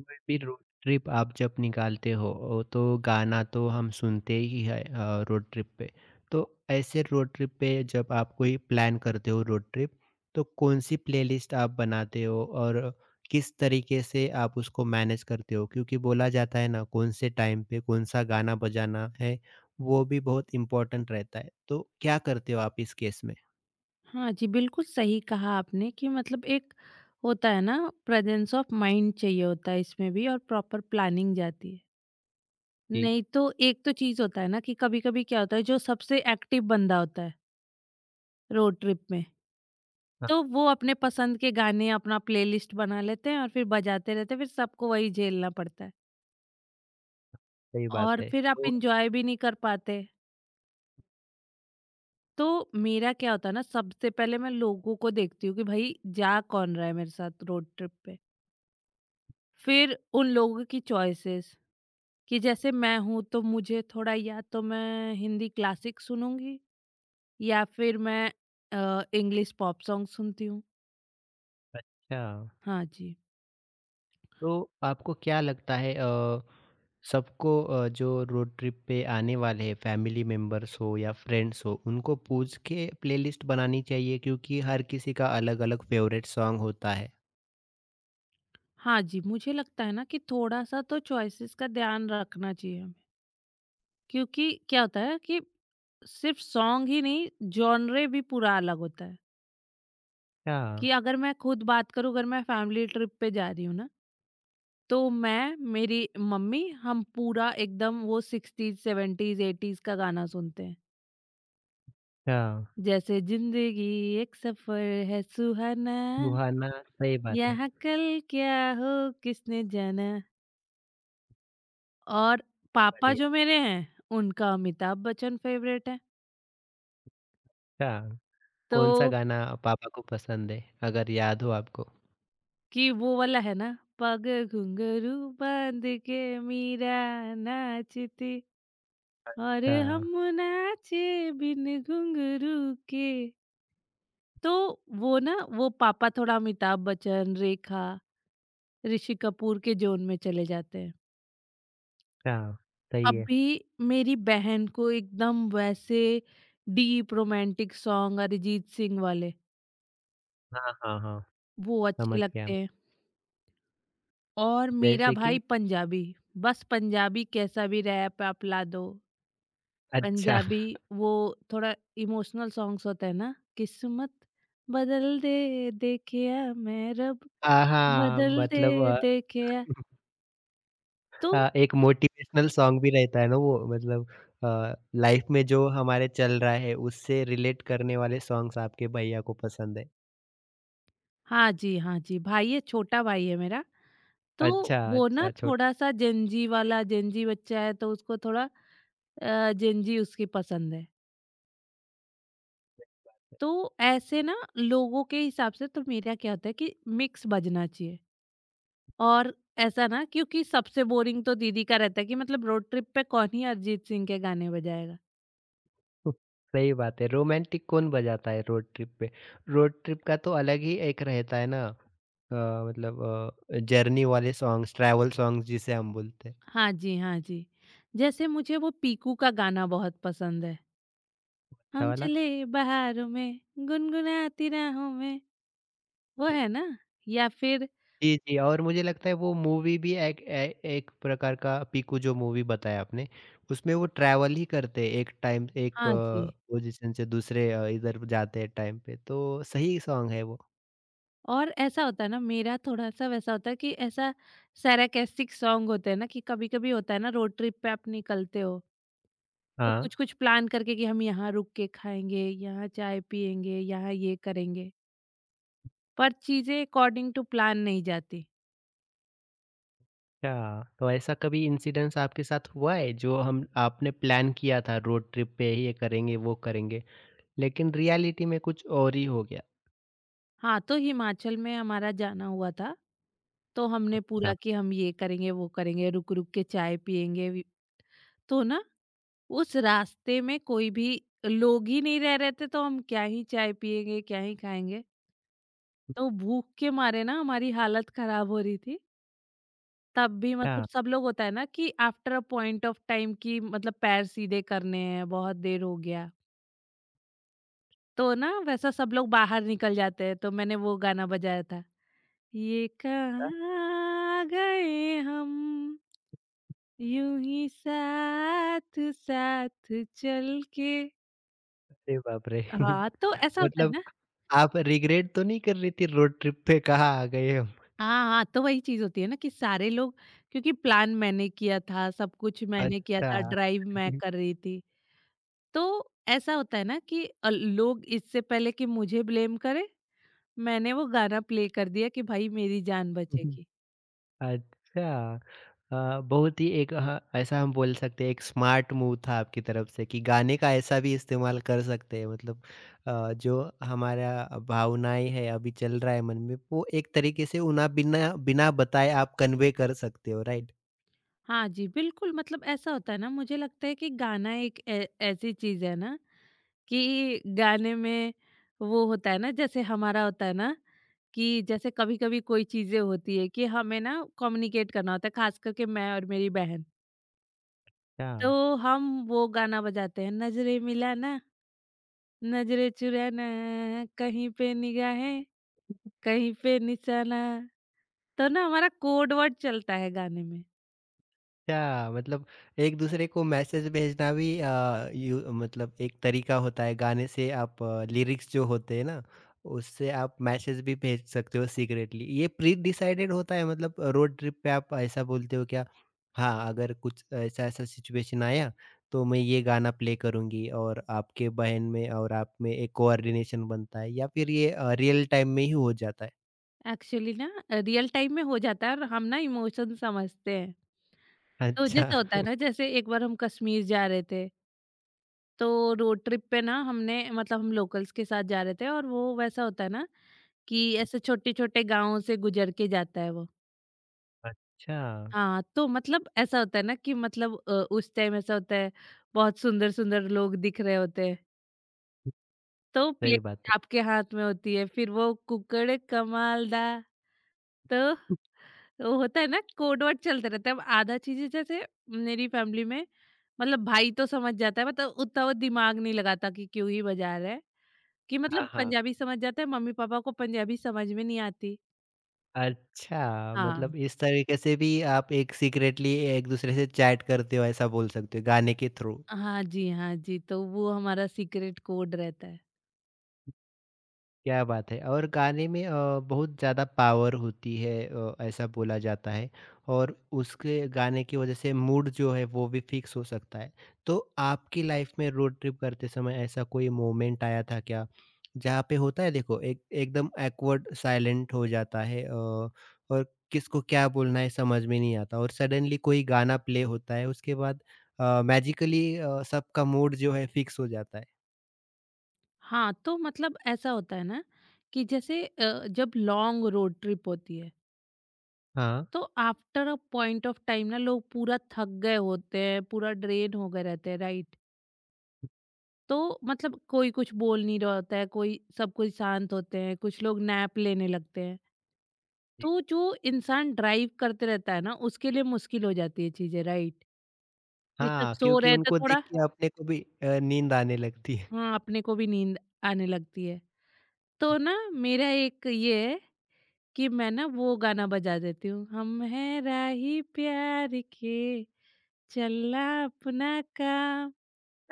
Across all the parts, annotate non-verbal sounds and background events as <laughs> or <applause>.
कोई भी road trip आप जब निकालते हो। तो गाना तो हम सुनते ही है, रोड ट्रिप पे। तो ऐसे रोड ट्रिप पे जब आप कोई प्लान करते हो रोड ट्रिप, तो कौन सी प्लेलिस्ट आप बनाते हो और किस तरीके से आप उसको मैनेज करते हो? क्योंकि बोला जाता है ना, कौन से टाइम पे कौन सा गाना बजाना है वो भी बहुत इम्पोर्टेंट रहता है। तो क्या करते हो आप इस केस में? हाँ जी, बिल्कुल सही कहा आपने कि मतलब एक होता है ना प्रेजेंस ऑफ माइंड चाहिए होता है इसमें भी और प्रॉपर प्लानिंग जाती है। जी। नहीं तो एक तो चीज़ होता है ना कि कभी-कभी क्या होता है जो सबसे एक्टिव बंदा होता है रोड ट्रिप में, हाँ, तो वो अपने पसंद के गाने अपना प्लेलिस्ट बना लेते हैं और फिर बजाते रहते हैं, फिर सबको वही झेलना पड़ता है। सही बात और है। फिर आप तो एन्जॉय भी नहीं कर पाते। तो मेरा क्या होता है ना सबसे पहले मैं लोगों को देखती हूँ कि भाई जा कौन रहा है मेरे साथ रोड ट्रिप पे। फिर उन लोगों की चॉइसेस कि जैसे मैं हूँ तो मुझे थोड़ा या तो मैं हिंदी क्लासिक सुनूंगी या फिर मैं इंग्लिश पॉप सॉन्ग सुनती हूँ। अच्छा। हाँ जी। तो आपको क्या लगता है, सबको, जो रोड ट्रिप पे आने वाले हैं फैमिली मेंबर्स हो या फ्रेंड्स हो, उनको पूछ के प्लेलिस्ट बनानी चाहिए, क्योंकि हर किसी का अलग-अलग फेवरेट सॉन्ग होता है। हाँ जी मुझे लगता है ना कि थोड़ा सा तो चॉइसेस का ध्यान रखना चाहिए हमें क्योंकि क्या होता है कि सिर्फ सॉन्ग ही नहीं जॉनरे भी पूरा अलग होता है अच्छा। कि अगर मैं खुद बात करूँ अगर मैं फैमिली ट्रिप पे जा रही हूँ ना तो मैं मेरी मम्मी हम पूरा एकदम वो 60s 70s 80s का गाना सुनते हैं। अच्छा। जैसे जिंदगी एक सफर है सुहाना सुहाना, सही बात है। यहाँ कल क्या हो किसने जाना। और पापा बढ़िया। जो मेरे हैं उनका अमिताभ बच्चन फेवरेट है। अच्छा, तो कौन-सा गाना पापा को पसंद है अगर याद हो आपको? कि वो वाला है ना पग घुंघरू बांध के मीरा नाचती और अच्छा। हम नाचे बिन घुंघरू के। तो वो ना वो पापा थोड़ा अमिताभ बच्चन, रेखा, ऋषि कपूर के जोन में चले जाते हैं। अच्छा, सही है। अभी मेरी बहन को एकदम वैसे deep romantic song Arijit Singh वाले हाँ, हाँ, हाँ, वो अच्छे समझ गया लगते मैं। हैं। और मेरा जैसे भाई कि पंजाबी, बस पंजाबी कैसा भी रैप आप ला दो। अच्छा। पंजाबी <laughs> वो थोड़ा इमोशनल सॉन्ग्स होते हैं ना, किस्मत बदल दे देखिया मैं रब हाँ, हाँ, बदल दे मतलब देखिया। तो हाँ, एक मोटिवेशनल सॉन्ग भी रहता है ना वो, मतलब लाइफ में जो हमारे चल रहा है उससे रिलेट करने वाले सॉन्ग्स आपके भैया को पसंद है। हाँ जी, हाँ जी, भाई है, छोटा भाई है मेरा। तो अच्छा, वो ना अच्छा छोटा। थोड़ा-सा जेन ज़ी वाला जेन ज़ी बच्चा है तो उसको थोड़ा जेन ज़ी उसकी पसंद है। तो ऐसे ना लोगों के हिसाब से तो मेरा क्या होता है कि मिक्स बजना चाहिए। और ऐसा ना क्योंकि सबसे बोरिंग तो दीदी का रहता है कि मतलब रोड ट्रिप पे कौन ही अरिजीत सिंह के गाने बजाएगा। <laughs> सही बात है। रोमांटिक कौन बजाता है रोड ट्रिप पे? रोड ट्रिप का तो अलग ही एक रहता है ना, मतलब जर्नी वाले सॉन्ग्स, ट्रैवल सॉन्ग्स जिसे हम बोलते हैं। हाँ जी, हाँ जी। जैसे मुझे वो पीकू का गाना बहुत पसंद है। अच्छा हम वाला। चले बहारों में, गुनगुनाती राहों में, वो है ना? या फिर जी, जी, और मुझे लगता है वो मूवी भी एक ए एक प्रकार का पीकू, जो मूवी बताया आपने, उसमें वो ट्रैवल ही करते हैं, एक टाइम एक हाँ जी, पोज़ीशन से दूसरे, इधर जाते हैं टाइम पे, तो सही सॉन्ग है वो। और ऐसा होता है ना मेरा थोड़ा-सा वैसा होता है कि ऐसा सरकास्टिक सॉन्ग होते हैं ना कि कभी-कभी होता है ना रोड ट्रिप पे आप निकलते हो, तो हाँ। कुछ-कुछ प्लान करके कि हम यहाँ रुक के खाएँगे, यहाँ चाय पिएँगे, यहाँ ये करेंगे, पर चीज़ें अकॉर्डिंग टू प्लान नहीं जाती। अच्छा, तो ऐसा कभी इंसिडेंस आपके साथ हुआ है, जो हम आपने प्लान किया था रोड ट्रिप पे ये करेंगे, वो करेंगे, लेकिन रियलिटी में कुछ और ही हो गया? हाँ, तो हिमाचल में हमारा जाना हुआ था, तो हमने पूरा अच्छा। कि हम ये करेंगे, वो करेंगे, रुक-रुक के चाय पिएँगे वि तो ना उस रास्ते में कोई भी लोग ही नहीं रह रहे थे तो हम क्या ही चाय पिएंगे, क्या ही खाएँगे। तो भूख के मारे ना हमारी हालत ख़राब हो रही थी। तब भी मतलब अच्छा। सब लोग होता है ना कि after a point of time कि मतलब पैर सीधे करने हैं, बहुत देर हो गया। तो ना वैसा सब लोग बाहर निकल जाते हैं तो मैंने वो गाना बजाया था। ये ऐसा? कहाँ गए हम, यूँ ही साथ-साथ चल के। अरे बाप रे! <laughs> हाँ, तो ऐसा होता है मतलब ना। आप रिग्रेट तो नहीं कर रही थी रोड ट्रिप पे, कहाँ आ गए हम? हाँ, हाँ, तो वही चीज़ होती है ना कि सारे लोग क्योंकि प्लान मैंने किया था, सब कुछ मैंने किया अच्छा। था, ड्राइव मैं कर रही थी। तो ऐसा होता है ना कि लोग इससे पहले कि मुझे ब्लेम करें, मैंने वो गाना प्ले कर दिया कि भाई मेरी जान <laughs> बचेगी। अच्छा। अ, बहुत ही एक ह ऐसा हम बोल सकते हैं एक स्मार्ट मूव था आपकी तरफ से कि गाने का ऐसा भी इस्तेमाल कर सकते हैं, मतलब जो हमारा भावनाएँ हैं अभी चल रहा है मन में, वो एक तरीके से उन्हें बिना बिना बताए आप कन्वे कर सकते हो, राइट? हाँ जी, बिल्कुल मतलब ऐसा होता है ना मुझे लगता है कि गाना एक ऐ ऐसी चीज़ है ना कि गाने में वो होता है ना जैसे हमारा होता है ना कि जैसे कभी-कभी कोई चीज़ें होती है कि हमें ना कम्युनिकेट करना होता है, खास करके मैं और मेरी बहन। क्या तो हम वो गाना बजाते हैं नजरे मिलाना नजरे चुराना कहीं पे निगाहें कहीं पे निशाना। तो ना हमारा कोड वर्ड चलता है गाने में। अच्छा, मतलब एक-दूसरे को मैसेज भेजना भी, यू मतलब एक तरीका होता है गाने से आप। लिरिक्स जो होते हैं ना, उससे आप मैसेज भी भेज सकते हो सीक्रेटली। ये प्री-डिसाइडेड होता है मतलब रोड ट्रिप पे आप ऐसा बोलते हो क्या? हाँ, अगर कुछ ऐसा-ऐसा सिचुएशन आया, तो मैं ये गाना प्ले करूँगी और आपके बहन में और आप में एक कोऑर्डिनेशन बनता है, या फिर ये रियल टाइम में ही हो जाता है? एक्चुअली ना रियल टाइम में हो जाता है और हम ना इमोशन समझते हैं। तो अच्छा। जैसे होता है <laughs> ना जैसे एक बार हम कश्मीर जा रहे थे तो रोड ट्रिप पे ना हमने मतलब हम लोकल्स के साथ जा रहे थे और वो वैसा होता है ना कि ऐसे छोटे छोटे गांवों से गुजर के जाता है वो। अच्छा, हाँ, तो मतलब ऐसा होता है ना कि मतलब उस टाइम ऐसा होता है बहुत सुंदर-सुंदर लोग दिख रहे होते हैं, तो सही प्लेट बात है। आपके हाथ में होती है, फिर वो कुकड़ कमालदा, तो वो होता है ना कोड वर्ड चलते रहते हैं। अब आधा चीज़ें जैसे मेरी फैमिली में मतलब भाई तो समझ जाता है मतलब उतना वो दिमाग नहीं लगाता कि क्यों ही बजा रहा है, कि मतलब हाँ, हाँ। पंजाबी समझ जाता है, मम्मी-पापा को पंजाबी समझ में नहीं आती। अच्छा, हाँ, मतलब इस तरीके से भी आप एक सीक्रेटली एक दूसरे से चैट करते हो ऐसा बोल सकते हो गाने के थ्रू। हाँ जी, हाँ जी, तो वो हमारा सीक्रेट कोड रहता है। क्या बात है! और गाने में बहुत ज़्यादा पावर होती है, ऐसा बोला जाता है। और उसके गाने की वज़ह से मूड जो है वो भी फ़िक्स हो सकता है। तो आपकी लाइफ़ में रोड ट्रिप करते समय ऐसा कोई मोमेंट आया था क्या? जहाँ पे होता है देखो, एक एकदम ऐकवर्ड साइलेंट हो जाता है, और किसको क्या बोलना है समझ में नहीं आता, और सडनली कोई गाना प्ले होता है, उसके बाद मैजिकली सबका मूड जो है फ़िक्स हो जाता है। हाँ, तो मतलब ऐसा होता है ना कि जैसे जब लॉन्ग रोड ट्रिप होती है हाँ। तो after a point of time ना लोग पूरा थक गए होते हैं, पूरा ड्रेन हो गए रहते हैं, राइट? तो मतलब कोई कुछ बोल नहीं रहा होता है, कोई सब कोई शांत होते हैं, कुछ लोग नैप लेने लगते हैं। तो जो इंसान ड्राइव करते रहता है ना, उसके लिए मुश्किल हो जाती है चीज़ें, राइट? ये सब हाँ, सो क्योंकि रहे थे उनको देख थोड़ा। के अपने को भी नींद आने लगती है। हाँ, अपने को भी नींद आने लगती है। तो ना मेरा एक ये है कि मैं ना वो गाना बजा देती हूँ, हम हैं राही प्यार के, चलना अपना काम,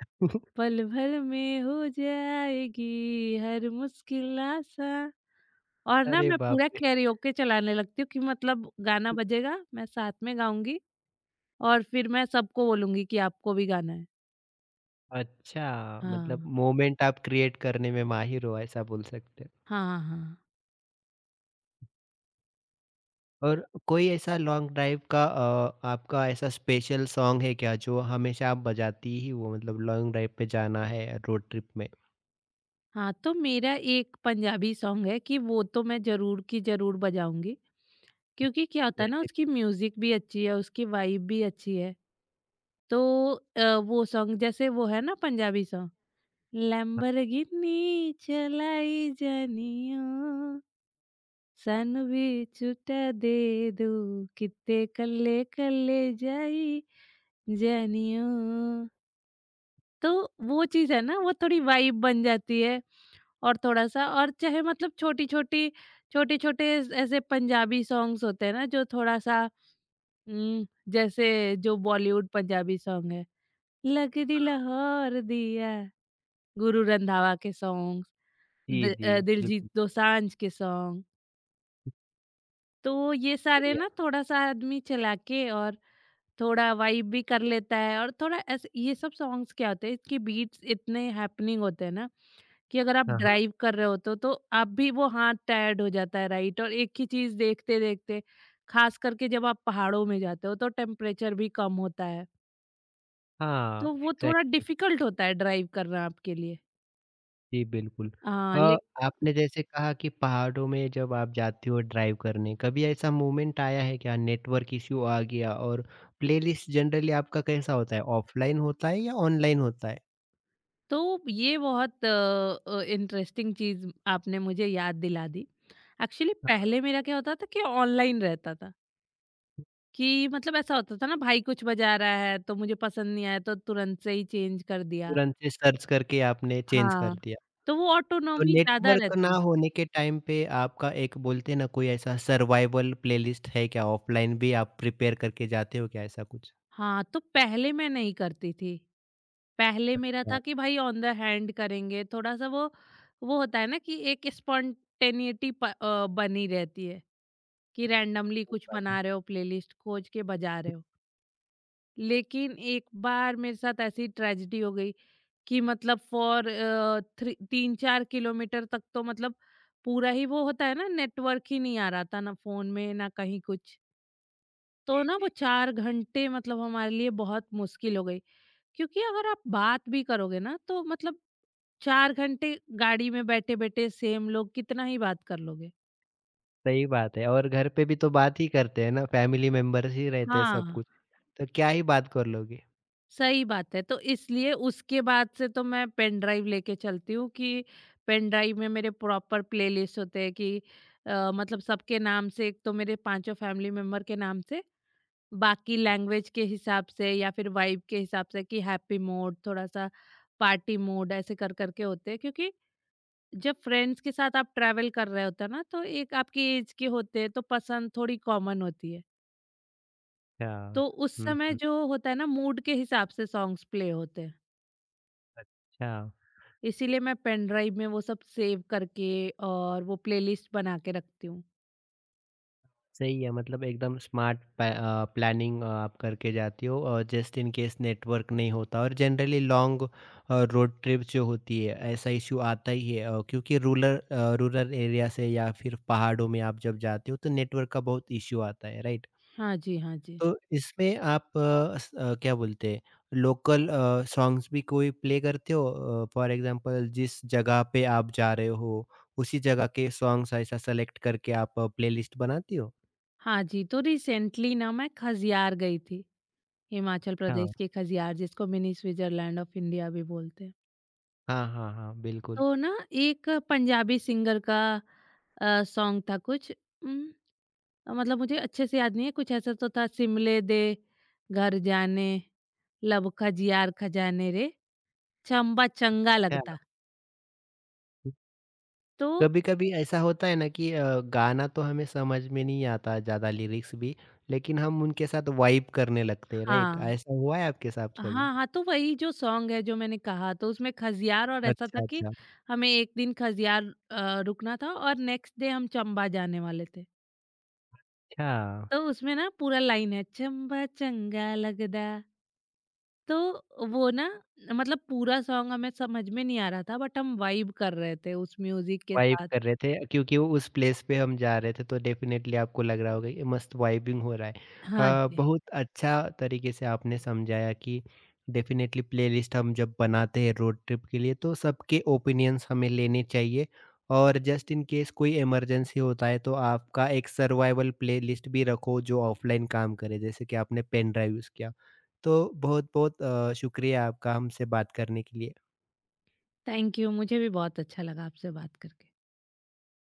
<laughs> पल भर में हो जाएगी हर मुश्किल आसां। और ना अरे मैं बाप पूरा रे! कैरियोके चलाने लगती हूँ कि मतलब गाना बजेगा, मैं साथ में गाऊँगी और फिर मैं सबको बोलूँगी कि आपको भी गाना है। अच्छा, मतलब हाँ। मोमेंट आप क्रिएट करने में माहिर हो ऐसा बोल सकते हैं। हाँ, हाँ। और कोई ऐसा लॉन्ग ड्राइव का, आपका ऐसा स्पेशल सॉन्ग है क्या जो हमेशा आप बजाती ही हो, मतलब लॉन्ग ड्राइव पे जाना है रोड ट्रिप में? हाँ, तो मेरा एक पंजाबी सॉन्ग है कि वो तो मैं ज़रूर की ज़रूर बजाऊँगी। क्योंकि क्या होता है ना जैसे उसकी म्यूजिक भी अच्छी है, उसकी वाइब भी अच्छी है। तो वो सॉन्ग जैसे वो है ना पंजाबी सॉन्ग हाँ, लैम्बोर्गिनी चलाई जानियो सानू भी छुट्टा दे दो कित्ते कल्ले कल्ले जाई जानियो। तो वो चीज़ है ना वो थोड़ी वाइब बन जाती है। और थोड़ा-सा और चाहे मतलब छोटी-छोटी छोटे-छोटे ऐसे पंजाबी सॉन्ग्स होते हैं ना जो थोड़ा-सा हुँ, जैसे जो बॉलीवुड पंजाबी सॉन्ग है, लगदी लाहौर दिया, गुरु रंधावा के सॉन्ग्स, जी, जी, दिलजीत बिल्कुल, दोसांझ के सॉन्ग, तो ये सारे बढ़िया। ना थोड़ा-सा आदमी चला के और थोड़ा वाइब भी कर लेता है और थोड़ा ऐसे ये सब सॉन्ग्स क्या होते हैं, इसकी बीट्स इतने हैपनिंग होते हैं ना कि अगर आप हाँ, हाँ। ड्राइव कर रहे हो तो आप भी वो हाथ टायर्ड हो जाता है, राइट? और एक ही चीज़ देखते-देखते, खास करके जब आप पहाड़ों में जाते हो, तो टेम्परेचर भी कम होता है। हाँ, तो वो थोड़ा एग्ज़ैक्टली। डिफ़िकल्ट होता है ड्राइव करना आपके लिए। जी, बिल्कुल। हाँ, अ, ले आपने जैसे कहा कि पहाड़ों में जब आप जाते हो ड्राइव करने, कभी ऐसा मोमेंट आया है क्या नेटवर्क इश्यू आ गया? और प्लेलिस्ट जनरली आपका कैसा होता है, ऑफ़लाइन होता है या ऑनलाइन होता है? तो ये बहुत इंटरेस्टिंग चीज़ आपने मुझे याद दिला दी। एक्चुअली पहले हाँ। मेरा क्या होता था कि ऑनलाइन रहता था, कि मतलब ऐसा होता था ना भाई कुछ बजा रहा है तो मुझे पसंद नहीं आया तो तुरंत से ही चेंज कर दिया। तुरंत से सर्च करके आपने चेंज हाँ, कर दिया। तो वो तो ऑटोनॉमी ज़्यादा नेटवर्क ना रहती है। होने के टाइम पे आपका एक बोलते हैं ना, कोई ऐसा सर्वाइवल प्लेलिस्ट है क्या? ऑफ़लाइन भी आप प्रिपेयर करके जाते हो क्या ऐसा कुछ? हाँ, तो पहले मैं नहीं करती थी। पहले मेरा हाँ, था कि भाई ऑन द हैंड करेंगे थोड़ा सा वो होता है ना कि एक स्पॉन्टेनिटी बनी रहती है कि रैंडमली सही कुछ बात है। बना रहे हो प्लेलिस्ट खोज के बजा रहे हो। लेकिन एक बार मेरे साथ ऐसी ट्रेजेडी हो गई कि मतलब फॉर थ्री 3-4 किलोमीटर तक तो मतलब पूरा ही वो होता है ना नेटवर्क ही नहीं आ रहा था ना फोन में ना कहीं कुछ। तो ना वो 4 घंटे मतलब हमारे लिए बहुत मुश्किल हो गई क्योंकि अगर आप बात भी करोगे ना तो मतलब 4 घंटे गाड़ी में बैठे-बैठे सेम लोग कितना ही बात कर लोगे। सही बात है, और घर पे भी तो बात ही करते हैं ना, फैमिली मेंबर्स ही रहते हैं सब हाँ, कुछ, तो क्या ही बात कर लोगे? सही बात है। तो इसलिए उसके बाद से तो मैं पेन ड्राइव लेके चलती हूँ कि पेन ड्राइव में मेरे प्रॉपर प्लेलिस्ट होते हैं कि मतलब सबके नाम से एक तो मेरे पाँचों फैमिली मेंबर के नाम से, बाकी लैंग्वेज के हिसाब से या फिर वाइब के हिसाब से कि हैप्पी मोड, थोड़ा-सा पार्टी मोड ऐसे कर कर के होते हैं। क्योंकि जब फ्रेंड्स के साथ आप ट्रैवल कर रहे होते हैं ना, तो एक आपकी एज के होते हैं तो पसंद थोड़ी कॉमन होती है। अच्छा। तो उस हुँ, समय हुँ, जो होता है ना मूड के हिसाब से सॉन्ग्स प्ले होते हैं। अच्छा। इसीलिए मैं पेन ड्राइव में वो सब सेव करके और वो प्लेलिस्ट बना के रखती हूँ। सही है, मतलब एकदम स्मार्ट पै प्लानिंग आप करके जाती हो, और जस्ट इन केस नेटवर्क नहीं होता। और जनरली लॉन्ग, रोड ट्रिप जो होती है, ऐसा इश्यू आता ही है, क्योंकि रूरल एरिया से या फिर पहाड़ों में आप जब जाते हो तो नेटवर्क का बहुत इश्यू आता है, राइट? हाँ जी। हाँ जी। तो इसमें आप, क्या बोलते हैं, लोकल सॉन्ग्स भी कोई प्ले करते हो? फॉर एग्ज़ाम्पल जिस जगह पे आप जा रहे हो, उसी जगह के सॉन्ग्स ऐसा सेलेक्ट करके आप प्लेलिस्ट बनाती हो? हाँ जी तो रिसेंटली ना मैं खजियार गई थी हिमाचल हाँ। प्रदेश के खजियार जिसको मिनी स्विट्जरलैंड ऑफ इंडिया भी बोलते हैं। हाँ, हाँ, हाँ, बिल्कुल। तो ना एक पंजाबी सिंगर का सॉन्ग था कुछ उम, मतलब मुझे अच्छे से याद नहीं है कुछ ऐसा तो था शिमले दे घर जाने लब खजियार खजाने रे चंबा चंगा क्या? लगता। तो कभी-कभी ऐसा होता है ना कि गाना तो हमें समझ में नहीं आता ज़्यादा लिरिक्स भी, लेकिन हम उनके साथ वाइब करने लगते हैं, राइट? हाँ, ऐसा हुआ है आपके साथ कभी? हाँ, हाँ, तो वही जो सॉन्ग है जो मैंने कहा तो उसमें खजियार और ऐसा था अच्छा, कि अच्छा, हमें एक दिन खजियार रुकना था और नेक्स्ट डे हम चंबा जाने वाले थे। अच्छा। तो उसमें ना पूरा लाइन है चंबा चंगा लगदा। तो वो ना मतलब पूरा सॉन्ग हमें समझ में नहीं आ रहा था बट हम वाइब कर रहे थे उस म्यूज़िक के वाइब साथ। कर रहे थे क्योंकि वो उस प्लेस पे हम जा रहे थे, तो डेफ़िनेटली आपको लग रहा होगा ये मस्त वाइबिंग हो रहा है। हाँ जी। बहुत अच्छा तरीके से आपने समझाया कि डेफ़िनेटली प्लेलिस्ट हम जब बनाते हैं रोड ट्रिप के लिए तो सबके ओपिनियंस हमें लेने चाहिए, और जस्ट इन केस कोई इमरजेंसी होता है तो आपका एक सर्वाइवल प्लेलिस्ट भी रखो जो ऑफ़लाइन काम करे, जैसे कि आपने पेन ड्राइव यूज़ किया। तो बहुत-बहुत शुक्रिया आपका हमसे बात करने के लिए। थैंक यू मुझे भी बहुत अच्छा लगा आपसे बात करके।